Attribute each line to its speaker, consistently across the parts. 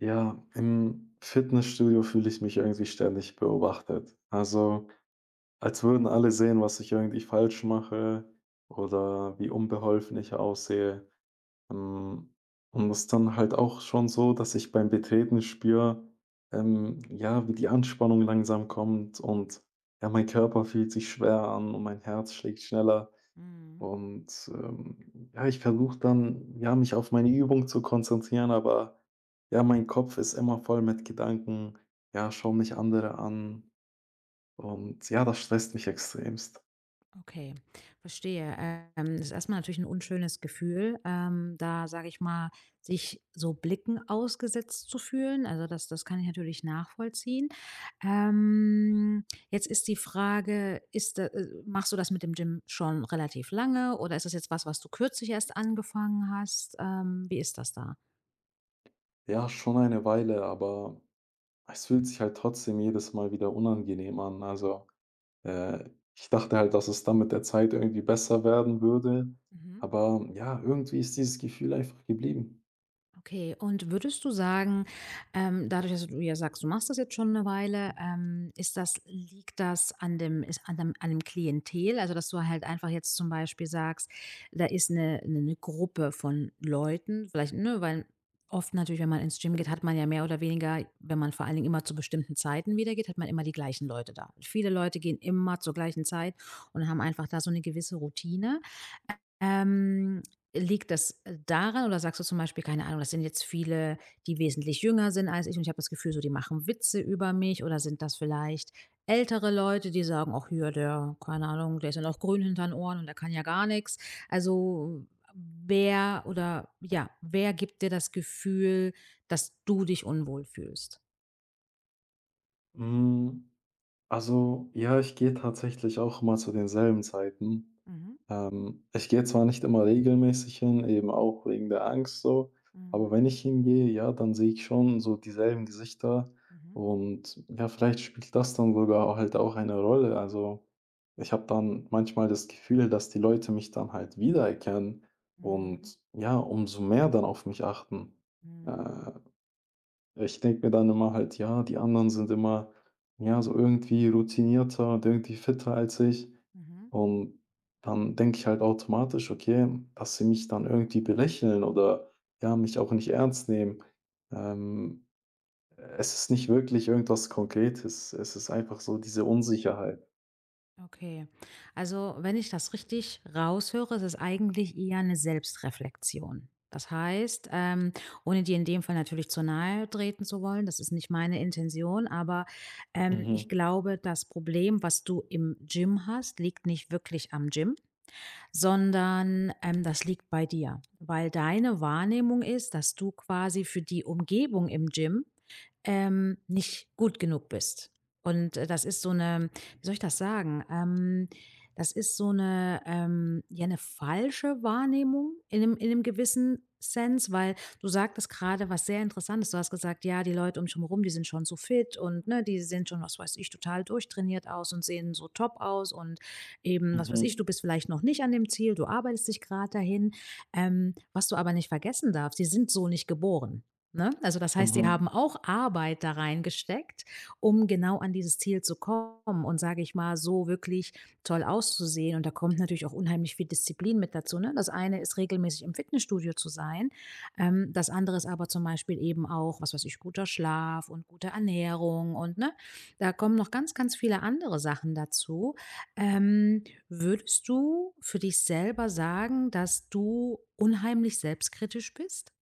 Speaker 1: Ja, im Fitnessstudio fühle ich mich irgendwie ständig beobachtet. Also, als würden alle sehen, was ich irgendwie falsch mache oder wie unbeholfen ich aussehe. Ähm, und es ist dann halt auch schon so, dass ich beim Betreten spüre, ja, wie die Anspannung langsam kommt und ja, mein Körper fühlt sich schwer an und mein Herz schlägt schneller.
Speaker 2: Mhm.
Speaker 1: Und, ja, ich versuche dann, ja, mich auf meine Übung zu konzentrieren, aber ja, mein Kopf ist immer voll mit Gedanken: „Ja, schauen mich andere an.“ Und ja, das stresst mich extremst.
Speaker 2: Okay, verstehe. Das ist erstmal natürlich ein unschönes Gefühl, da, sage ich mal, sich so Blicken ausgesetzt zu fühlen. Also, das kann ich natürlich nachvollziehen. Ähm, Jetzt ist die Frage, ist da machst du das mit dem Gym schon relativ lange oder ist das jetzt was, was du kürzlich erst angefangen hast? Wie ist das da?
Speaker 1: Ja, schon eine Weile, aber es fühlt sich halt trotzdem jedes Mal wieder unangenehm an. Also, äh, ich dachte halt, dass es dann mit der Zeit irgendwie besser werden würde,
Speaker 2: Mhm.
Speaker 1: aber ja, irgendwie ist dieses Gefühl einfach geblieben.
Speaker 2: Okay, und würdest du sagen, dadurch, dass du ja sagst, du machst das jetzt schon eine Weile, ist das liegt das an dem ist an dem Klientel? Also, dass du halt einfach jetzt zum Beispiel sagst, da ist eine Gruppe von Leuten, vielleicht ne, weil oft natürlich, wenn man ins Gym geht, hat man ja mehr oder weniger, wenn man vor allen Dingen immer zu bestimmten Zeiten wieder geht, hat man immer die gleichen Leute da. Viele Leute gehen immer zur gleichen Zeit und haben einfach da so eine gewisse Routine. Ähm Liegt das, daran oder sagst du zum Beispiel, keine Ahnung, das sind jetzt viele, die wesentlich jünger sind als ich und ich habe das Gefühl, so die machen Witze über mich oder sind das vielleicht ältere Leute, die sagen: „Ach hier, der keine Ahnung, der ist ja noch grün hinter den Ohren und der kann ja gar nichts. Also, wer oder ja, wer gibt dir das Gefühl, dass du dich unwohl fühlst?
Speaker 1: Hm. Also, ja, ich gehe tatsächlich auch immer zu denselben Zeiten.
Speaker 2: Mhm,
Speaker 1: Ich gehe zwar nicht immer regelmäßig hin, eben auch wegen der Angst so, aber
Speaker 2: mhm,
Speaker 1: wenn ich hingehe, ja, dann sehe ich schon so dieselben Gesichter
Speaker 2: mhm,
Speaker 1: und ja, vielleicht spielt das dann sogar auch halt auch eine Rolle. Also, ich habe dann manchmal das Gefühl, dass die Leute mich dann halt wiedererkennen
Speaker 2: mhm,
Speaker 1: und ja, umso mehr dann auf mich achten.
Speaker 2: mhm,
Speaker 1: Äh, Ich denke mir dann immer halt, ja, die anderen sind immer, ja, so irgendwie routinierter und irgendwie fitter als ich.
Speaker 2: mhm.
Speaker 1: Und dann denke ich halt automatisch, okay, dass sie mich dann irgendwie belächeln oder ja, mich auch nicht ernst nehmen. Ähm, Es ist nicht wirklich irgendwas Konkretes. Es ist einfach so diese Unsicherheit.
Speaker 2: Okay. Also, wenn ich das richtig raushöre, ist es eigentlich eher eine Selbstreflexion. Das heißt, ohne dir in dem Fall natürlich zu nahe treten zu wollen, das ist nicht meine Intention, aber, ich
Speaker 1: Mhm.
Speaker 2: glaube, das Problem, was du im Gym hast, liegt nicht wirklich am Gym, sondern, das liegt bei dir, weil deine Wahrnehmung ist, dass du quasi für die Umgebung im Gym, nicht gut genug bist. Und, das ist so eine, wie soll ich das sagen? Das ist so eine ja, eine falsche Wahrnehmung in einem in 'nem gewissen Sense, weil du sagtest gerade, was sehr Interessantes. Du hast gesagt: „Ja, die Leute um mich herum, die sind schon so fit und, ne, die sehen schon, was weiß ich, total durchtrainiert aus und sehen so top aus und eben, was weiß ich,
Speaker 1: Mhm.
Speaker 2: du bist vielleicht noch nicht an dem Ziel, du arbeitest dich gerade dahin. Was du aber nicht vergessen darfst, die sind so nicht geboren. Ne? Also das heißt, die haben
Speaker 1: Mhm.
Speaker 2: auch Arbeit da reingesteckt, um genau an dieses Ziel zu kommen und sage ich mal, so wirklich toll auszusehen. Und da kommt natürlich auch unheimlich viel Disziplin mit dazu. Ne? Das eine ist regelmäßig im Fitnessstudio zu sein, das andere ist aber zum Beispiel eben auch, was weiß ich, guter Schlaf und gute Ernährung und ne, da kommen noch ganz, ganz viele andere Sachen dazu. Ähm, Würdest du für dich selber sagen, dass du unheimlich selbstkritisch bist?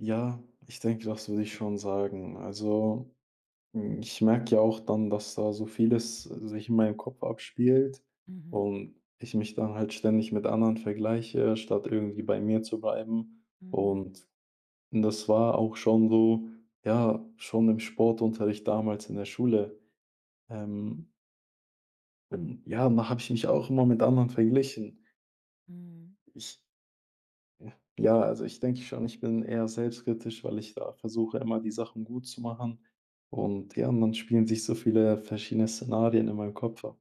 Speaker 1: Ja, ich denke, das würde ich schon sagen. Also. Ich merke ja auch dann, dass da so vieles sich in meinem Kopf abspielt
Speaker 2: Mhm.
Speaker 1: und ich mich dann halt ständig mit anderen vergleiche, statt irgendwie bei mir zu bleiben.
Speaker 2: Mhm.
Speaker 1: Und das war auch schon so, ja, schon im Sportunterricht damals in der Schule. Ähm, ja, da habe ich mich auch immer mit anderen verglichen.
Speaker 2: Mhm.
Speaker 1: Ich, ja, also ich denke schon, ich bin eher selbstkritisch, weil ich da versuche, immer die Sachen gut zu machen. Und ja, und dann spielen sich so viele verschiedene Szenarien in meinem Kopf ab.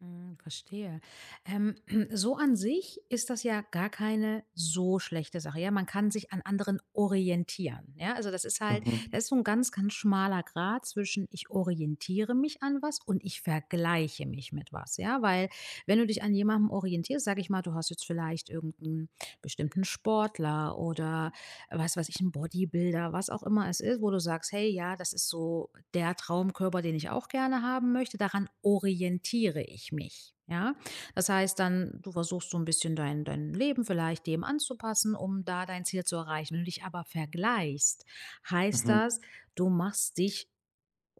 Speaker 2: Hm, verstehe. Ähm, so an sich ist das ja gar keine so schlechte Sache, ja? Man kann sich an anderen orientieren, ja? Also, das ist halt,
Speaker 1: Mhm,
Speaker 2: das ist so ein ganz, ganz schmaler Grat zwischen: „Ich orientiere mich an was“ und „ich vergleiche mich mit was“, ja? Weil wenn du dich an jemandem orientierst, sage ich mal, du hast jetzt vielleicht irgendeinen bestimmten Sportler oder was weiß ich, ein Bodybuilder, was auch immer es ist, wo du sagst: „Hey, ja, das ist so der Traumkörper, den ich auch gerne haben möchte. Daran orientiere ich mich“, ja? Das heißt dann, du versuchst so ein bisschen dein Leben vielleicht dem anzupassen, um da dein Ziel zu erreichen. Wenn du dich aber vergleichst, heißt
Speaker 1: mhm.
Speaker 2: das, du machst dich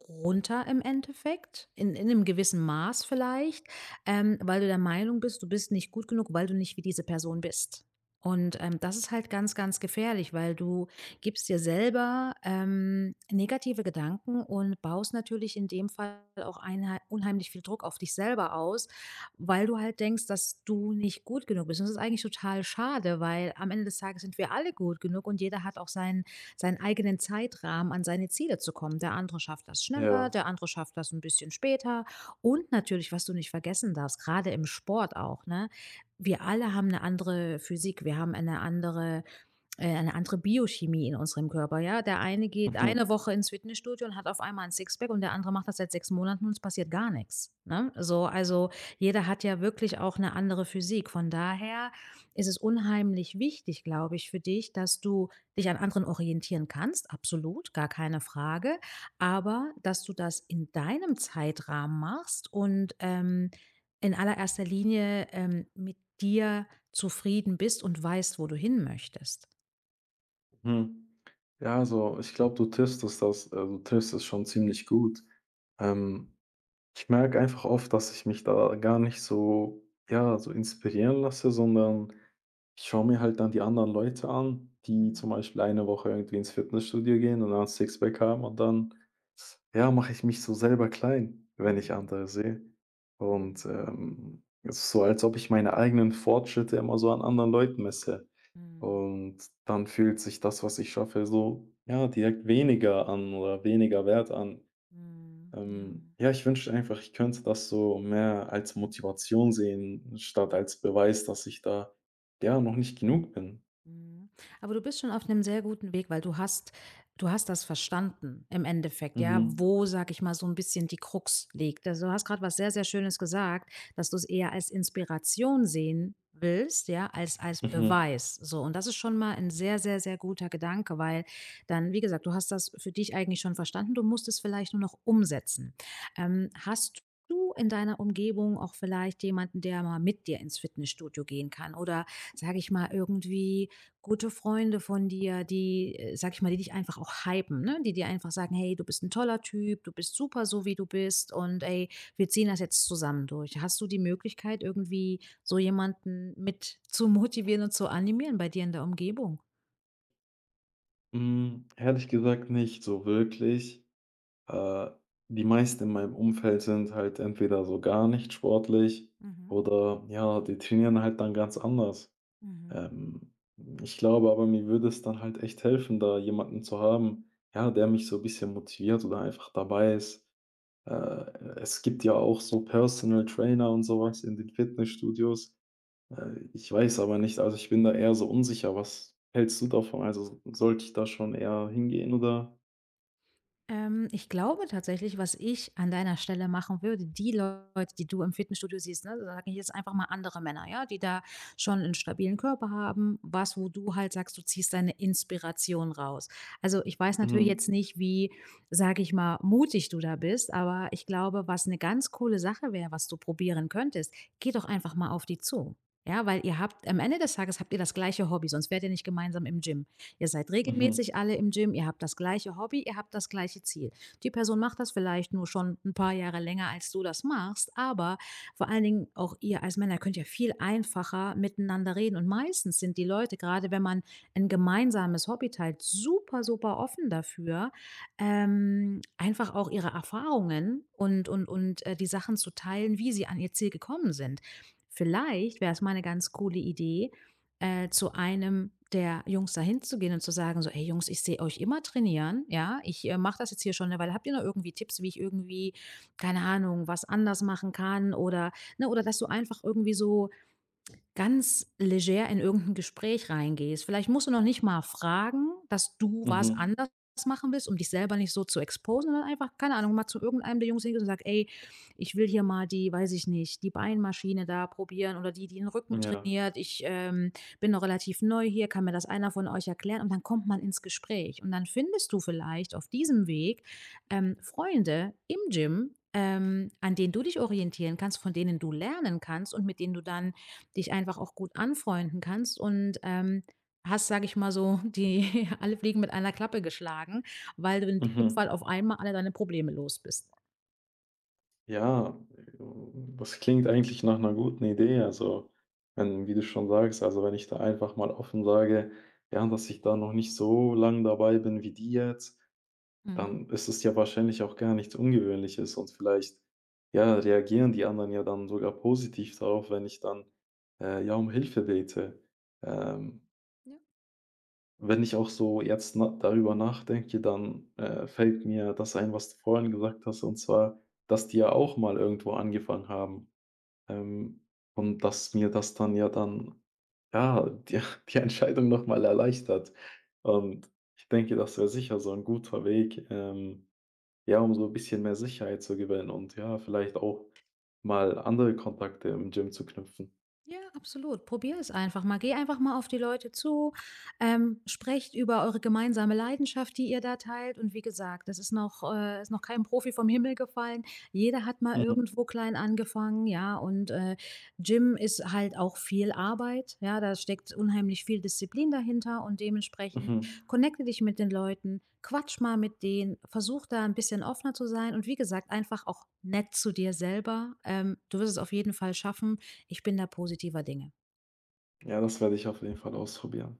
Speaker 2: runter im Endeffekt, in einem gewissen Maß vielleicht, weil du der Meinung bist, du bist nicht gut genug, weil du nicht wie diese Person bist. Und, das ist halt ganz, ganz gefährlich, weil du gibst dir selber, negative Gedanken und baust natürlich in dem Fall auch einhei unheimlich viel Druck auf dich selber aus, weil du halt denkst, dass du nicht gut genug bist. Und das ist eigentlich total schade, weil am Ende des Tages sind wir alle gut genug und jeder hat auch seinen eigenen Zeitrahmen an seine Ziele zu kommen. Der andere schafft das schneller,
Speaker 1: Ja.
Speaker 2: der andere schafft das ein bisschen später. Und natürlich, was du nicht vergessen darfst, gerade im Sport auch, ne? Wir alle haben eine andere Physik, wir haben eine andere Biochemie in unserem Körper, ja. Der eine geht eine
Speaker 1: Mhm,
Speaker 2: Woche ins Fitnessstudio und hat auf einmal ein Sixpack und der andere macht das seit sechs Monaten und es passiert gar nichts. Ne? So, also jeder hat ja wirklich auch eine andere Physik. Von daher ist es unheimlich wichtig, glaube ich, für dich, dass du dich an anderen orientieren kannst, absolut, gar keine Frage, aber dass du das in deinem Zeitrahmen machst und in allererster Linie mit dir zufrieden bist und weißt, wo du hin möchtest.
Speaker 1: mhm. Ja, also, ich glaube, du triffst es schon ziemlich gut. Ähm, Ich merke einfach oft, dass ich mich da gar nicht so, ja, so inspirieren lasse, sondern ich schaue mir halt dann die anderen Leute an, die zum
Speaker 2: Mhm.
Speaker 1: Beispiel eine Woche irgendwie ins Fitnessstudio gehen und dann 'n Sixpack haben und dann, ja, mache ich mich so selber klein, wenn ich
Speaker 2: Mhm.
Speaker 1: andere sehe. Und,
Speaker 2: Mhm.
Speaker 1: es ist so, als ob ich meine eigenen Fortschritte immer so an anderen Leuten messe.
Speaker 2: Mhm.
Speaker 1: Und dann fühlt sich das, was ich schaffe, so, ja, direkt weniger an oder weniger wert an.
Speaker 2: Mhm. Ja.
Speaker 1: Ja, ich wünschte einfach, ich könnte das so mehr als Motivation sehen, statt als Beweis, dass ich da, ja, noch nicht genug bin.
Speaker 2: Mhm. Aber du bist schon auf einem sehr guten Weg, weil du hast das verstanden im Endeffekt, ja,
Speaker 1: Mhm.
Speaker 2: wo, sage ich mal, so ein bisschen die Krux liegt. Also, du hast gerade was sehr, sehr Schönes gesagt, dass du es eher als Inspiration sehen willst, ja, als
Speaker 1: Mhm.
Speaker 2: Beweis so. Und das ist schon mal ein sehr, sehr, sehr guter Gedanke, weil dann wie gesagt, du hast das für dich eigentlich schon verstanden, du musst es vielleicht nur noch umsetzen. Hast du in deiner Umgebung auch vielleicht jemanden, der mal mit dir ins Fitnessstudio gehen kann oder, sage ich mal, irgendwie gute Freunde von dir, die, sage ich mal, die dich einfach auch hypen, ne? Die dir einfach sagen: „Hey, du bist ein toller Typ, du bist super so, wie du bist und ey, wir ziehen das jetzt zusammen durch.“ Hast du die Möglichkeit, irgendwie so jemanden mit zu motivieren und zu animieren bei dir in der Umgebung?
Speaker 1: Hm, ehrlich gesagt nicht so wirklich. Äh, Die meisten in meinem Umfeld sind halt entweder so gar nicht sportlich
Speaker 2: Mhm,
Speaker 1: oder ja, die trainieren halt dann ganz anders.
Speaker 2: mhm.
Speaker 1: Ähm, Ich glaube aber, mir würde es dann halt echt helfen, da jemanden zu haben, ja, der mich so 'n bisschen motiviert oder einfach dabei ist. Äh, Es gibt ja auch so Personal Trainer und sowas in den Fitnessstudios. Ich weiß aber nicht, also, ich bin da eher so unsicher. Was hältst du davon? Also, sollte ich da schon eher hingehen oder
Speaker 2: Ich glaube tatsächlich, was ich an deiner Stelle machen würde, die Leute, die du im Fitnessstudio siehst, ne, sage ich jetzt einfach mal andere Männer, ja, die da schon einen stabilen Körper haben, was, wo du halt sagst, du ziehst deine Inspiration raus. Also ich weiß natürlich jetzt
Speaker 1: mhm,
Speaker 2: nicht, wie, sage ich mal, mutig du da bist, aber ich glaube, was eine ganz coole Sache wäre, was du probieren könntest, geh doch einfach mal auf die zu. Ja, weil ihr habt, am Ende des Tages habt ihr das gleiche Hobby, sonst wärt ihr nicht gemeinsam im Gym. Ihr seid
Speaker 1: mhm,
Speaker 2: regelmäßig alle im Gym, ihr habt das gleiche Hobby, ihr habt das gleiche Ziel. Die Person macht das vielleicht nur schon ein paar Jahre länger, als du das machst, aber vor allen Dingen auch ihr als Männer könnt ja viel einfacher miteinander reden. Und meistens sind die Leute, gerade wenn man ein gemeinsames Hobby teilt, super, super offen dafür, einfach auch ihre Erfahrungen und die Sachen zu teilen, wie sie an ihr Ziel gekommen sind. Vielleicht wäre es mal eine ganz coole Idee, zu einem der Jungs da hinzugehen und zu sagen so: „Ey Jungs, ich sehe euch immer trainieren, ja? Ich, mache das jetzt hier schon 'ne Weile. Habt ihr noch irgendwie Tipps, wie ich irgendwie, keine Ahnung, was anders machen kann?“ Oder, ne oder dass du einfach irgendwie so ganz leger in irgendein Gespräch reingehst. Vielleicht musst du noch nicht mal fragen, dass du was
Speaker 1: mhm,
Speaker 2: anders machen willst, um dich selber nicht so zu exposen, sondern einfach, keine Ahnung, mal zu irgendeinem der Jungs hingehst und sagst: „Ey, ich will hier mal die weiß ich nicht, die Beinmaschine da probieren oder die, die den Rücken
Speaker 1: ja,
Speaker 2: trainiert. Ich, bin noch relativ neu hier. Kann mir das einer von euch erklären?“ Und dann kommt man ins Gespräch. Und dann findest du vielleicht auf diesem Weg, Freunde im Gym, an denen du dich orientieren kannst, von denen du lernen kannst und mit denen du dann dich einfach auch gut anfreunden kannst und, hast, sage ich mal so, die alle Fliegen mit einer Klappe geschlagen, weil du in dem
Speaker 1: mhm.
Speaker 2: Fall auf einmal alle deine Probleme los bist.
Speaker 1: Ja, das klingt eigentlich nach einer guten Idee. Also, wenn wie du schon sagst, also, wenn ich da einfach mal offen sage, ja, dass ich da noch nicht so lang dabei bin wie die jetzt,
Speaker 2: Mhm.
Speaker 1: dann ist es ja wahrscheinlich auch gar nichts Ungewöhnliches und vielleicht, ja, reagieren die anderen ja dann sogar positiv darauf, wenn ich dann, ja, um Hilfe bete. Ähm, Wenn ich auch so jetzt na darüber nachdenke, dann, fällt mir das ein, was du vorhin gesagt hast, und zwar, dass die ja auch mal irgendwo angefangen haben. Ähm, und dass mir das dann ja, die die Entscheidung noch mal erleichtert. Und ich denke, das wäre sicher so ein guter Weg, ja, um so 'n bisschen mehr Sicherheit zu gewinnen und ja, vielleicht auch mal andere Kontakte im Gym zu knüpfen.
Speaker 2: Ja, absolut. Probier es einfach mal. Geh einfach mal auf die Leute zu. Sprecht über eure gemeinsame Leidenschaft, die ihr da teilt. Und wie gesagt, das ist noch kein Profi vom Himmel gefallen. Jeder hat mal
Speaker 1: Mhm.
Speaker 2: irgendwo klein angefangen, ja. Und Gym ist halt auch viel Arbeit. Ja, da steckt unheimlich viel Disziplin dahinter und dementsprechend
Speaker 1: Mhm.
Speaker 2: connecte dich mit den Leuten, quatsch mal mit denen, versuch da ein bisschen offener zu sein und wie gesagt, einfach auch nett zu dir selber. Du wirst es auf jeden Fall schaffen, ich bin da positiver Dinge.
Speaker 1: Ja, das werde ich auf jeden Fall ausprobieren.